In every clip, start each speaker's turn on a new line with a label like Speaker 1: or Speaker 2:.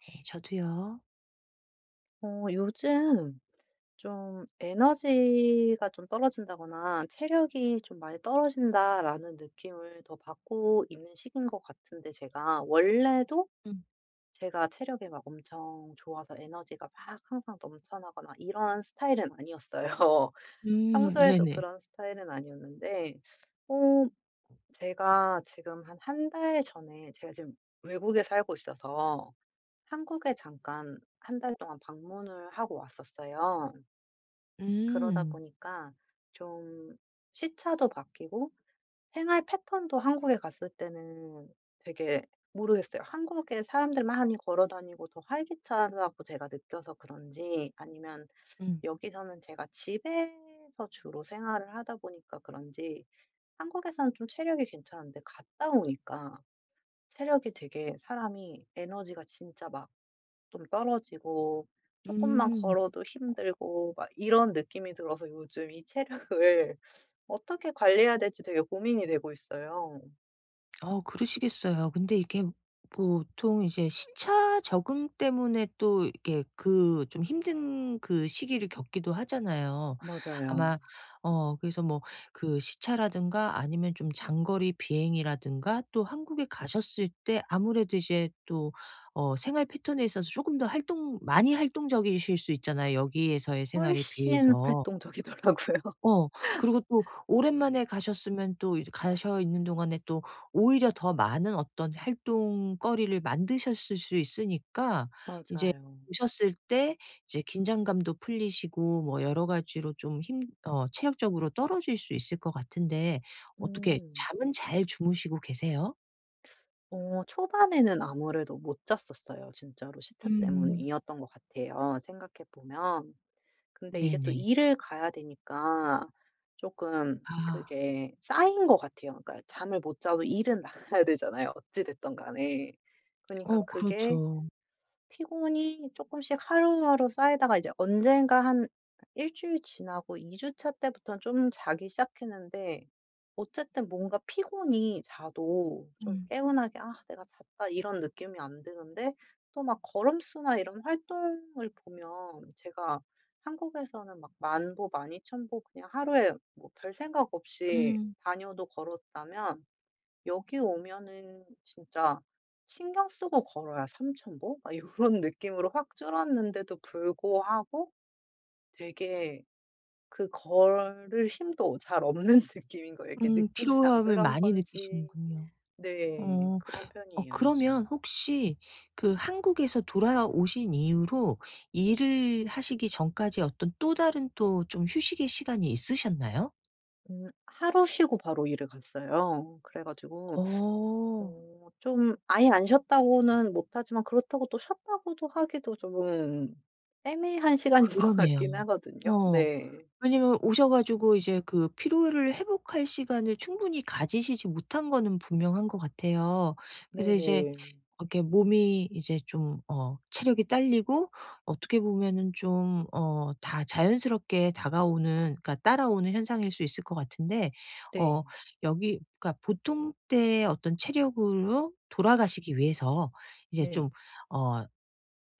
Speaker 1: 네 저도요.
Speaker 2: 요즘 좀 에너지가 좀 떨어진다거나 체력이 좀 많이 떨어진다라는 느낌을 더 받고 있는 시기인 것 같은데, 제가 원래도
Speaker 1: 음.
Speaker 2: 제가 체력이 막 엄청 좋아서 에너지가 막 항상 넘쳐나거나 이런 스타일은 아니었어요. 평소에도
Speaker 1: 네네.
Speaker 2: 그런 스타일은 아니었는데, 어, 제가 지금 한 한 달 전에 제가 지금 외국에 살고 있어서 한국에 잠깐 한 달 동안 방문을 하고 왔었어요. 그러다
Speaker 1: 음.
Speaker 2: 보니까 좀 시차도 바뀌고 생활 패턴도 한국에 갔을 때는 되게, 모르겠어요. 한국에 사람들 많이 걸어 다니고 더 활기차다고 제가 느껴서 그런지, 아니면
Speaker 1: 음.
Speaker 2: 여기서는 제가 집에서 주로 생활을 하다 보니까 그런지, 한국에서는 좀 체력이 괜찮은데 갔다 오니까 체력이 되게, 사람이 에너지가 진짜 막 좀 떨어지고 조금만
Speaker 1: 음.
Speaker 2: 걸어도 힘들고 막 이런 느낌이 들어서 요즘 이 체력을 어떻게 관리해야 될지 되게 고민이 되고 있어요.
Speaker 1: 그러시겠어요. 근데 이게 보통 이제 시차 적응 때문에 또 이게 그 좀 힘든 그 시기를 겪기도 하잖아요.
Speaker 2: 맞아요.
Speaker 1: 아마 그래서 뭐 그 시차라든가 아니면 좀 장거리 비행이라든가 또 한국에 가셨을 때 아무래도 이제 또 생활 패턴에 있어서 조금 더 활동적이실 수 있잖아요, 여기에서의 생활에
Speaker 2: 훨씬
Speaker 1: 비해서.
Speaker 2: 활동적이더라고요.
Speaker 1: 어. 그리고 또 오랜만에 가셨으면 또 이제 가셔 있는 동안에 또 오히려 더 많은 어떤 활동거리를 만드셨을 수 있으니까 이제
Speaker 2: 맞아요.
Speaker 1: 오셨을 때 이제 긴장감도 풀리시고 뭐 여러 가지로 좀 힘 어 체력적으로 떨어질 수 있을 것 같은데 어떻게
Speaker 2: 음.
Speaker 1: 잠은 잘 주무시고 계세요?
Speaker 2: 초반에는 아무래도 못 잤었어요. 진짜로 시차
Speaker 1: 음.
Speaker 2: 때문이었던 것 같아요, 생각해 보면. 근데 이게 또
Speaker 1: 네네.
Speaker 2: 일을 가야 되니까 조금
Speaker 1: 아.
Speaker 2: 그게 쌓인 것 같아요. 그러니까 잠을 못 자도 일은 나가야 되잖아요, 어찌 됐든 간에. 그러니까
Speaker 1: 어
Speaker 2: 그게
Speaker 1: 그렇죠.
Speaker 2: 피곤이 조금씩 하루하루 쌓이다가 이제 언젠가 한 일 주일 지나고 2주차 주차 때부터는 좀 자기 시작했는데, 어쨌든 뭔가 피곤이 자도 좀
Speaker 1: 음.
Speaker 2: 개운하게 '아 내가 잤다.' 이런 느낌이 안 드는데, 또 막 걸음수나 이런 활동을 보면 제가 한국에서는 막 만보, 12,000보 그냥 하루에 뭐 별생각 없이
Speaker 1: 음.
Speaker 2: 다녀도 걸었다면, 여기 오면은 진짜 신경 쓰고 걸어야 3,000보 막 요런 느낌으로 확 줄었는데도 불구하고, 되게 그 걸을 힘도 잘 없는 느낌인 거예요. 이게 느낌상
Speaker 1: 피로함을
Speaker 2: 그런
Speaker 1: 많이
Speaker 2: 건지.
Speaker 1: 느끼시는군요.
Speaker 2: 네.
Speaker 1: 어.
Speaker 2: 그런 편이에요 요즘.
Speaker 1: 그러면 혹시 그 한국에서 돌아오신 이후로 일을 하시기 전까지 어떤 또 다른 또 좀 휴식의 시간이 있으셨나요?
Speaker 2: 하루 쉬고 바로 일을 갔어요, 그래 가지고.
Speaker 1: 어.
Speaker 2: 어 좀 아예 안 쉬었다고는 못하지만 그렇다고 또 쉬었다고도 하기도 좀 애매한 시간인 것
Speaker 1: 그러네요.
Speaker 2: 같긴 하거든요.
Speaker 1: 어.
Speaker 2: 네.
Speaker 1: 왜냐면 오셔 가지고 이제 그 피로를 회복할 시간을 충분히 가지시지 못한 거는 분명한 것 같아요. 그래서 이제
Speaker 2: 네네.
Speaker 1: 이렇게 몸이 이제 좀 체력이 딸리고 어떻게 보면은 좀 다 자연스럽게 다가오는 그러니까 따라오는 현상일 수 있을 것 같은데
Speaker 2: 네.
Speaker 1: 어 여기 그러니까 보통 때의 어떤 체력으로 돌아가시기 위해서 이제
Speaker 2: 네.
Speaker 1: 좀 어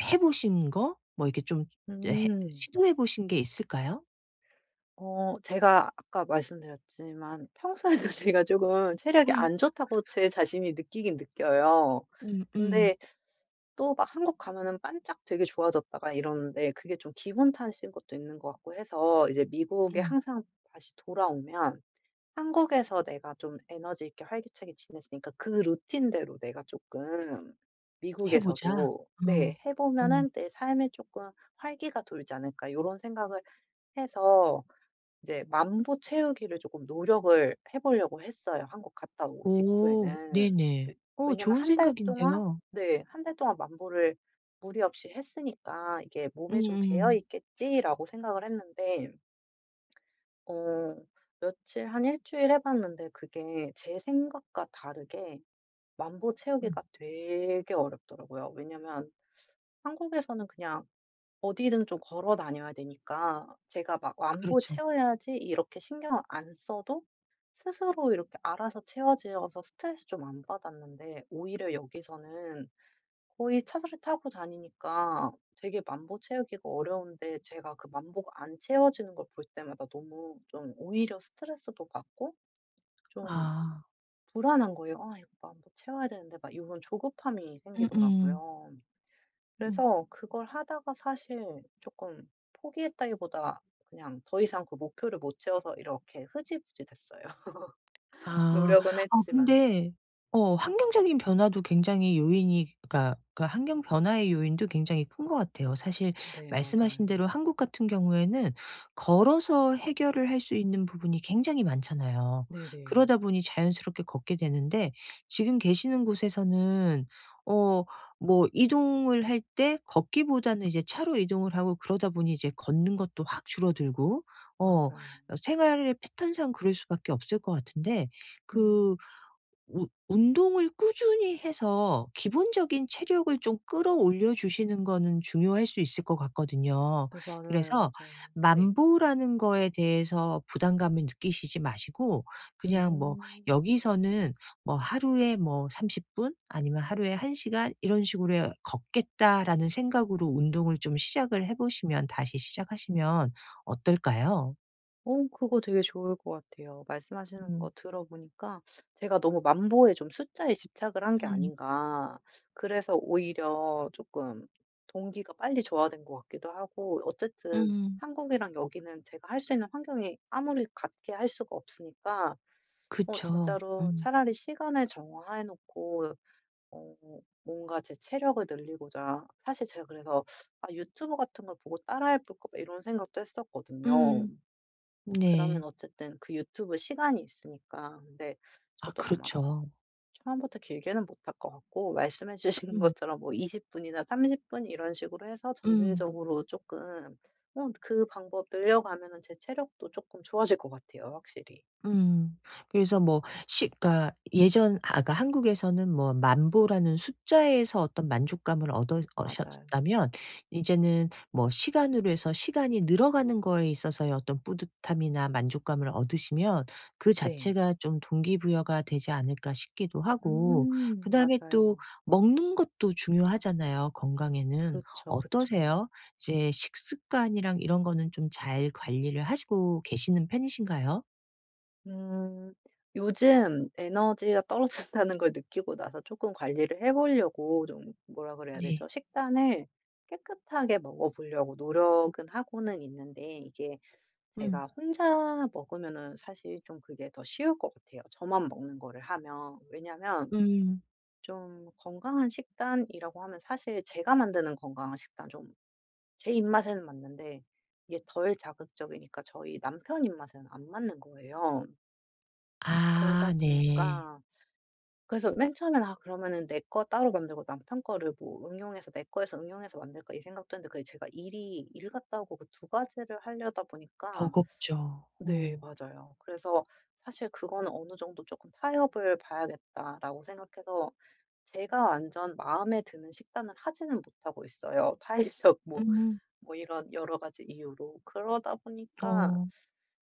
Speaker 1: 해 보신 거 뭐 이렇게 좀 예 해
Speaker 2: 음.
Speaker 1: 시도해 보신 게 있을까요?
Speaker 2: 제가 아까 말씀드렸지만 평소에도 제가 쪼금 체력이
Speaker 1: 음.
Speaker 2: 안 좋다고 제 자신이 느끼긴 느껴요.
Speaker 1: 음 음.
Speaker 2: 근데 또 막 한국 가면은 반짝 되게 좋아졌다가 이러는데, 그게 좀 기분 탓인 것도 있는 것 같고 해서 이제 미국에
Speaker 1: 음.
Speaker 2: 항상 다시 돌아오면 한국에서 내가 좀 에너지 있게 활기차게 지냈으니까 그 루틴대로 내가 조금
Speaker 1: '해 보자.'
Speaker 2: 미국에서도 네,
Speaker 1: 어.
Speaker 2: 해
Speaker 1: 어.
Speaker 2: 보면은 '내 삶에 조금 활기가 돌지 않을까.' 이런 생각을 해서 이제 만보 채우기를 조금 노력을 해 보려고 했어요, 한국 갔다 오고
Speaker 1: 오.
Speaker 2: 직후에는.
Speaker 1: 네네.
Speaker 2: 왜
Speaker 1: 오
Speaker 2: 왜냐면
Speaker 1: 좋은
Speaker 2: 한 달 동안,
Speaker 1: 생각인데요.
Speaker 2: 네 한 달 동안 만보를 무리 없이 했으니까 '이게 몸에 좀 배어
Speaker 1: 음음.
Speaker 2: 있겠지.'라고 생각을 했는데, 어 며칠, 한 일 주일 해 봤는데 그게 제 생각과 다르게 만보
Speaker 1: 음.
Speaker 2: 채우기가 되게 어렵더라고요. 왜냐면 한국에서는 그냥 어디든 좀 걸어 다녀야 되니까 제가 막 '만보
Speaker 1: 그렇죠.
Speaker 2: 채워야지.' 이렇게 신경을 안 써도 스스로 이렇게 알아서 채워지어서 스트레스 좀 안 받았는데, 오히려 여기서는 거의 차를 타고 다니니까 되게 만보 채우기가 어려운데 제가 그 만보가 안 채워지는 걸 볼 때마다 너무 좀 오히려 스트레스도 받고 좀
Speaker 1: 아.
Speaker 2: 불안한 거예요. '아 이거 만보 채워야 되는데.' 막 이런 조급함이
Speaker 1: 음음.
Speaker 2: 생기더라고요.
Speaker 1: 음.
Speaker 2: 그래서 그걸 하다가 사실 조금 포기했다기보다 그냥 더 이상 그 목표를 못 채워서 이렇게 흐지부지 됐어요.
Speaker 1: 아.
Speaker 2: 노력은
Speaker 1: 아
Speaker 2: 했지만.
Speaker 1: 근데 환경적인 변화도 굉장히 요인이 그러니까 그 환경 변화의 요인도 굉장히 큰 것 같아요. 사실
Speaker 2: 네
Speaker 1: 말씀하신
Speaker 2: 맞아요.
Speaker 1: 대로 한국 같은 경우에는 걸어서 해결을 할 수 있는 부분이 굉장히 많잖아요.
Speaker 2: 네네.
Speaker 1: 그러다 보니 자연스럽게 걷게 되는데 지금 계시는 곳에서는 어 뭐 이동을 할 때 걷기보다는 이제 차로 이동을 하고 그러다 보니 이제 걷는 것도 확 줄어들고 어
Speaker 2: 맞아요.
Speaker 1: 생활의 패턴상 그럴 수밖에 없을 것 같은데
Speaker 2: 음.
Speaker 1: 그 우 운동을 꾸준히 해서 기본적인 체력을 좀 끌어올려 주시는 거는 중요할 수 있을 것 같거든요.
Speaker 2: 네 맞아요,
Speaker 1: 그래서
Speaker 2: 맞아요. 네.
Speaker 1: 만보라는 거에 대해서 부담감을 느끼시지 마시고 그냥 뭐
Speaker 2: 음.
Speaker 1: 여기서는 뭐 하루에 뭐 30분 아니면 하루에 1 시간 이런 식으로 해 걷겠다라는 생각으로 운동을 좀 시작을 해 보시면 다시 시작하시면 어떨까요?
Speaker 2: 그거 되게 좋을 것 같아요, 말씀하시는 거
Speaker 1: 음.
Speaker 2: 들어보니까. 제가 너무 만보에 좀 숫자에 집착을 한 게
Speaker 1: 음.
Speaker 2: 아닌가. 그래서 오히려 조금 동기가 빨리 저하된 것 같기도 하고, 어쨌든
Speaker 1: 음.
Speaker 2: 한국이랑 여기는 제가 할 수 있는 환경이 아무리 같게 할 수가 없으니까,
Speaker 1: 그쵸.
Speaker 2: 진짜로
Speaker 1: 음.
Speaker 2: 차라리 시간을 정화해 놓고, 어 뭔가 제 체력을 늘리고자, 사실 제가 그래서 '아 유튜브 같은 걸 보고 따라해 볼까?' 이런 생각도 했었거든요.
Speaker 1: 음.
Speaker 2: 그러면
Speaker 1: 네.
Speaker 2: 어쨌든 그 유튜브 시간이 있으니까. 근데
Speaker 1: 아
Speaker 2: 저도 아마
Speaker 1: 그렇죠.
Speaker 2: 처음부터 길게는 못할 것 같고, 말씀해 주신
Speaker 1: 음.
Speaker 2: 것처럼 뭐 20분 분이나 30분 이런 식으로 해서
Speaker 1: 음.
Speaker 2: 점진적으로 조금, 그 방법 늘려가면은 제 체력도 조금 좋아질 것 같아요, 확실히.
Speaker 1: 음. 그래서 뭐 시 그러니까 예전 아까 한국에서는 뭐 만 보라는 숫자에서 어떤 만족감을 얻
Speaker 2: 맞아요.
Speaker 1: 얻으셨다면 이제는 뭐 시간으로 해서 시간이 늘어가는 거에 있어서의 어떤 뿌듯함이나 만족감을 얻으시면 그
Speaker 2: 네.
Speaker 1: 자체가 좀 동기부여가 되지 않을까 싶기도 하고 그다음에 또
Speaker 2: 맞아요.
Speaker 1: 먹는 것도 중요하잖아요, 건강에는.
Speaker 2: 그쵸, 그쵸.
Speaker 1: 어떠세요? 이제 식습관이랑 이런 거는 좀 잘 관리를 하시고 계시는 편이신가요?
Speaker 2: 음. 요즘 에너지가 떨어진다는 걸 느끼고 나서 조금 관리를 해 보려고, 좀 뭐라 그래야
Speaker 1: 네.
Speaker 2: 되죠? 식단을 깨끗하게 먹어 보려고 노력은 하고는 있는데, 이게
Speaker 1: 음.
Speaker 2: 제가 혼자 먹으면은 사실 좀 그게 더 쉬울 것 같아요, 저만 먹는 거를 하면. 왜냐면
Speaker 1: 음.
Speaker 2: 좀 건강한 식단이라고 하면 사실 제가 만드는 건강한 식단 좀 제 입맛에는 맞는데, 이게 덜 자극적이니까 저희 남편 입맛에는 안 맞는 거예요. 그러다
Speaker 1: 아 네.
Speaker 2: 보니까, 그래서 맨 처에 '아 그러면은 내 거 따로 만들고 남편 거를 뭐 응용해서, 내 거에서 응용해서 만들까.' 이 생각도 했는데, 그게 제가 일이 일 같다 고, 그 두 가지를 하려다 보니까.
Speaker 1: 버겁죠.
Speaker 2: 네
Speaker 1: 어.
Speaker 2: 맞아요. 그래서 사실 그거는 '어느 정도 조금 타협을 봐야겠다.'라고 생각해서 제가 완전 마음에 드는 식단을 하지는 못하고 있어요, 타일적 뭐
Speaker 1: 음.
Speaker 2: 뭐 이런 여러 가지 이유로. 그러다 보니까
Speaker 1: 어.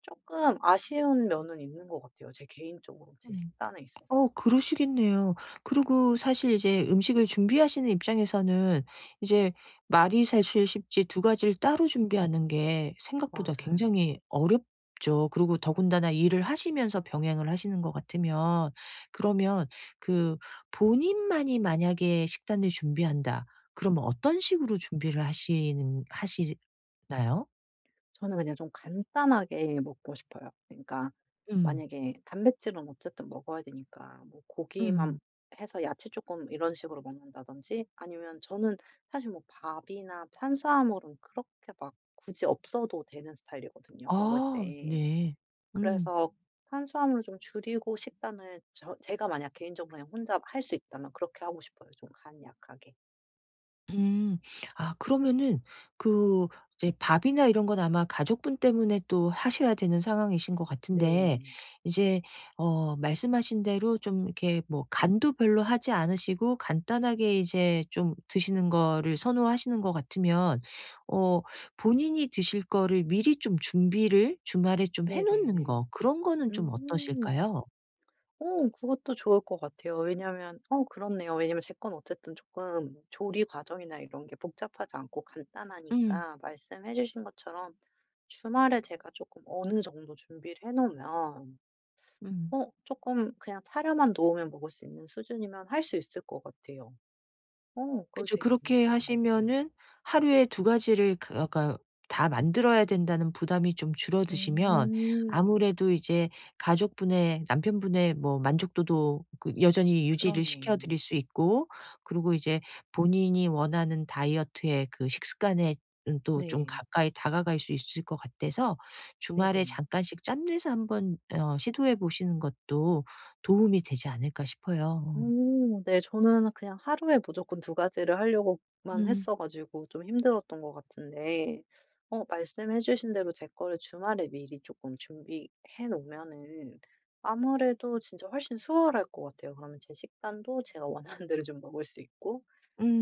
Speaker 2: 조금 아쉬운 면은 있는 것 같아요, 제 개인적으로 제
Speaker 1: 음.
Speaker 2: 식단에 있어서.
Speaker 1: 어 그러시겠네요. 그리고 사실 이제 음식을 준비하시는 입장에서는 이제 말이 사실 쉽지 두 가지를 따로 준비하는 게 생각보다
Speaker 2: 맞아요.
Speaker 1: 굉장히 어렵죠. 그리고 더군다나 일을 하시면서 병행을 하시는 것 같으면 그러면 그 본인만이 만약에 식단을 준비한다. 그러면 어떤 식으로 준비를 하시는 하시나요?
Speaker 2: 저는 그냥 좀 간단하게 먹고 싶어요. 그러니까
Speaker 1: 음.
Speaker 2: 만약에 단백질은 어쨌든 먹어야 되니까 뭐 고기만
Speaker 1: 음.
Speaker 2: 해서 야채 조금 이런 식으로 먹는다든지, 아니면 저는 사실 뭐 밥이나 탄수화물은 그렇게 막 굳이 없어도 되는 스타일이거든요, 먹을
Speaker 1: 아
Speaker 2: 때.
Speaker 1: 네. 음.
Speaker 2: 그래서 탄수화물을 좀 줄이고 식단을, 제가 만약 개인적으로 그냥 혼자 할 수 있다면 그렇게 하고 싶어요. 좀 간략하게.
Speaker 1: 음. 아 그러면은 그 이제 밥이나 이런 건 아마 가족분 때문에 또 하셔야 되는 상황이신 것 같은데
Speaker 2: 네.
Speaker 1: 이제 말씀하신 대로 좀 이렇게 뭐 간도 별로 하지 않으시고 간단하게 이제 좀 드시는 거를 선호하시는 것 같으면 어 본인이 드실 거를 미리 좀 준비를 주말에 좀 해 놓는 거
Speaker 2: 네네네.
Speaker 1: 그런 거는 좀
Speaker 2: 음.
Speaker 1: 어떠실까요?
Speaker 2: 그것도 좋을 것 같아요. 왜냐면, 그렇네요, 왜냐면 제 건 어쨌든 조금 조리 과정이나 이런 게 복잡하지 않고
Speaker 1: 음.
Speaker 2: 간단하니까, 말씀해 주신 것처럼 주말에 제가 조금 어느 정도 준비를 해 놓으면,
Speaker 1: 음.
Speaker 2: 조금 그냥 차려만 놓으면 먹을 수 있는 수준이면 할 수 있을 것 같아요. 그거
Speaker 1: 그쵸.
Speaker 2: 되게
Speaker 1: 그렇게
Speaker 2: 괜찮은 것 같아요.
Speaker 1: 하시면은 하루에 두 가지를 그까다 만들어야 된다는 부담이 좀 줄어드시면
Speaker 2: 음.
Speaker 1: 아무래도 이제 가족분의 남편분의 뭐 만족도도 그 여전히 유지를 시켜
Speaker 2: 그렇네요.
Speaker 1: 드릴 수 있고 그리고 이제 본인이 원하는 다이어트의 그 식습관에 또 좀
Speaker 2: 네.
Speaker 1: 가까이 다가갈 수 있을 것 같아서 주말에
Speaker 2: 네네.
Speaker 1: 잠깐씩 짬 내서 한번 시도해 보시는 것도 도움이 되지 않을까 싶어요.
Speaker 2: 오 네. 저는 그냥 하루에 무조건 두 가지를 하려고만
Speaker 1: 음.
Speaker 2: 했어 가지고 좀 힘들었던 것 같은데, 말씀해 주신 대로 제 거를 주말에 미리 조금 준비해 놓으면은 아무래도 진짜 훨씬 수월할 것 같아요. 그러면 제 식단도 제가 원하는 대로 좀 먹을 수 있고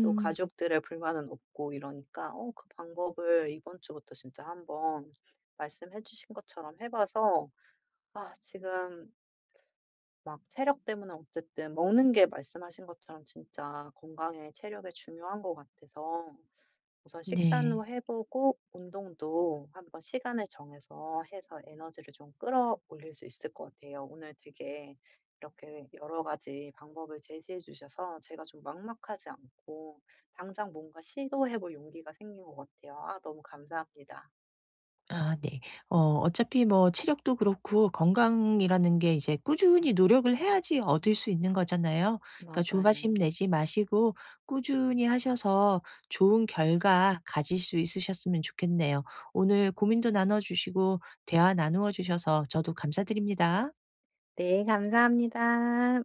Speaker 2: 또 가족들의 불만은 없고 이러니까, 그 방법을 이번 주부터 진짜 한번 말씀해 주신 것처럼 해 봐서. 아 지금 막 체력 때문에 어쨌든 먹는 게 말씀하신 것처럼 진짜 건강에, 체력에 중요한 것 같아서 우선
Speaker 1: 네.
Speaker 2: 식단도 해 보고 운동도 한번 시간을 정해서 해서 에너지를 좀 끌어올릴 수 있을 것 같아요. 오늘 되게 이렇게 여러 가지 방법을 제시해 주셔서 제가 좀 막막하지 않고 당장 뭔가 시도해 볼 용기가 생긴 것 같아요. 아 너무 감사합니다.
Speaker 1: 아 네. 어 어차피 뭐 체력도 그렇고 건강이라는 게 이제 꾸준히 노력을 해야지 얻을 수 있는 거잖아요. 그러니까
Speaker 2: 맞아요.
Speaker 1: 조바심 내지 마시고 꾸준히 하셔서 좋은 결과 가질 수 있으셨으면 좋겠네요. 오늘 고민도 나눠 주시고 대화 나누어 주셔서 저도 감사드립니다.
Speaker 2: 네, 감사합니다.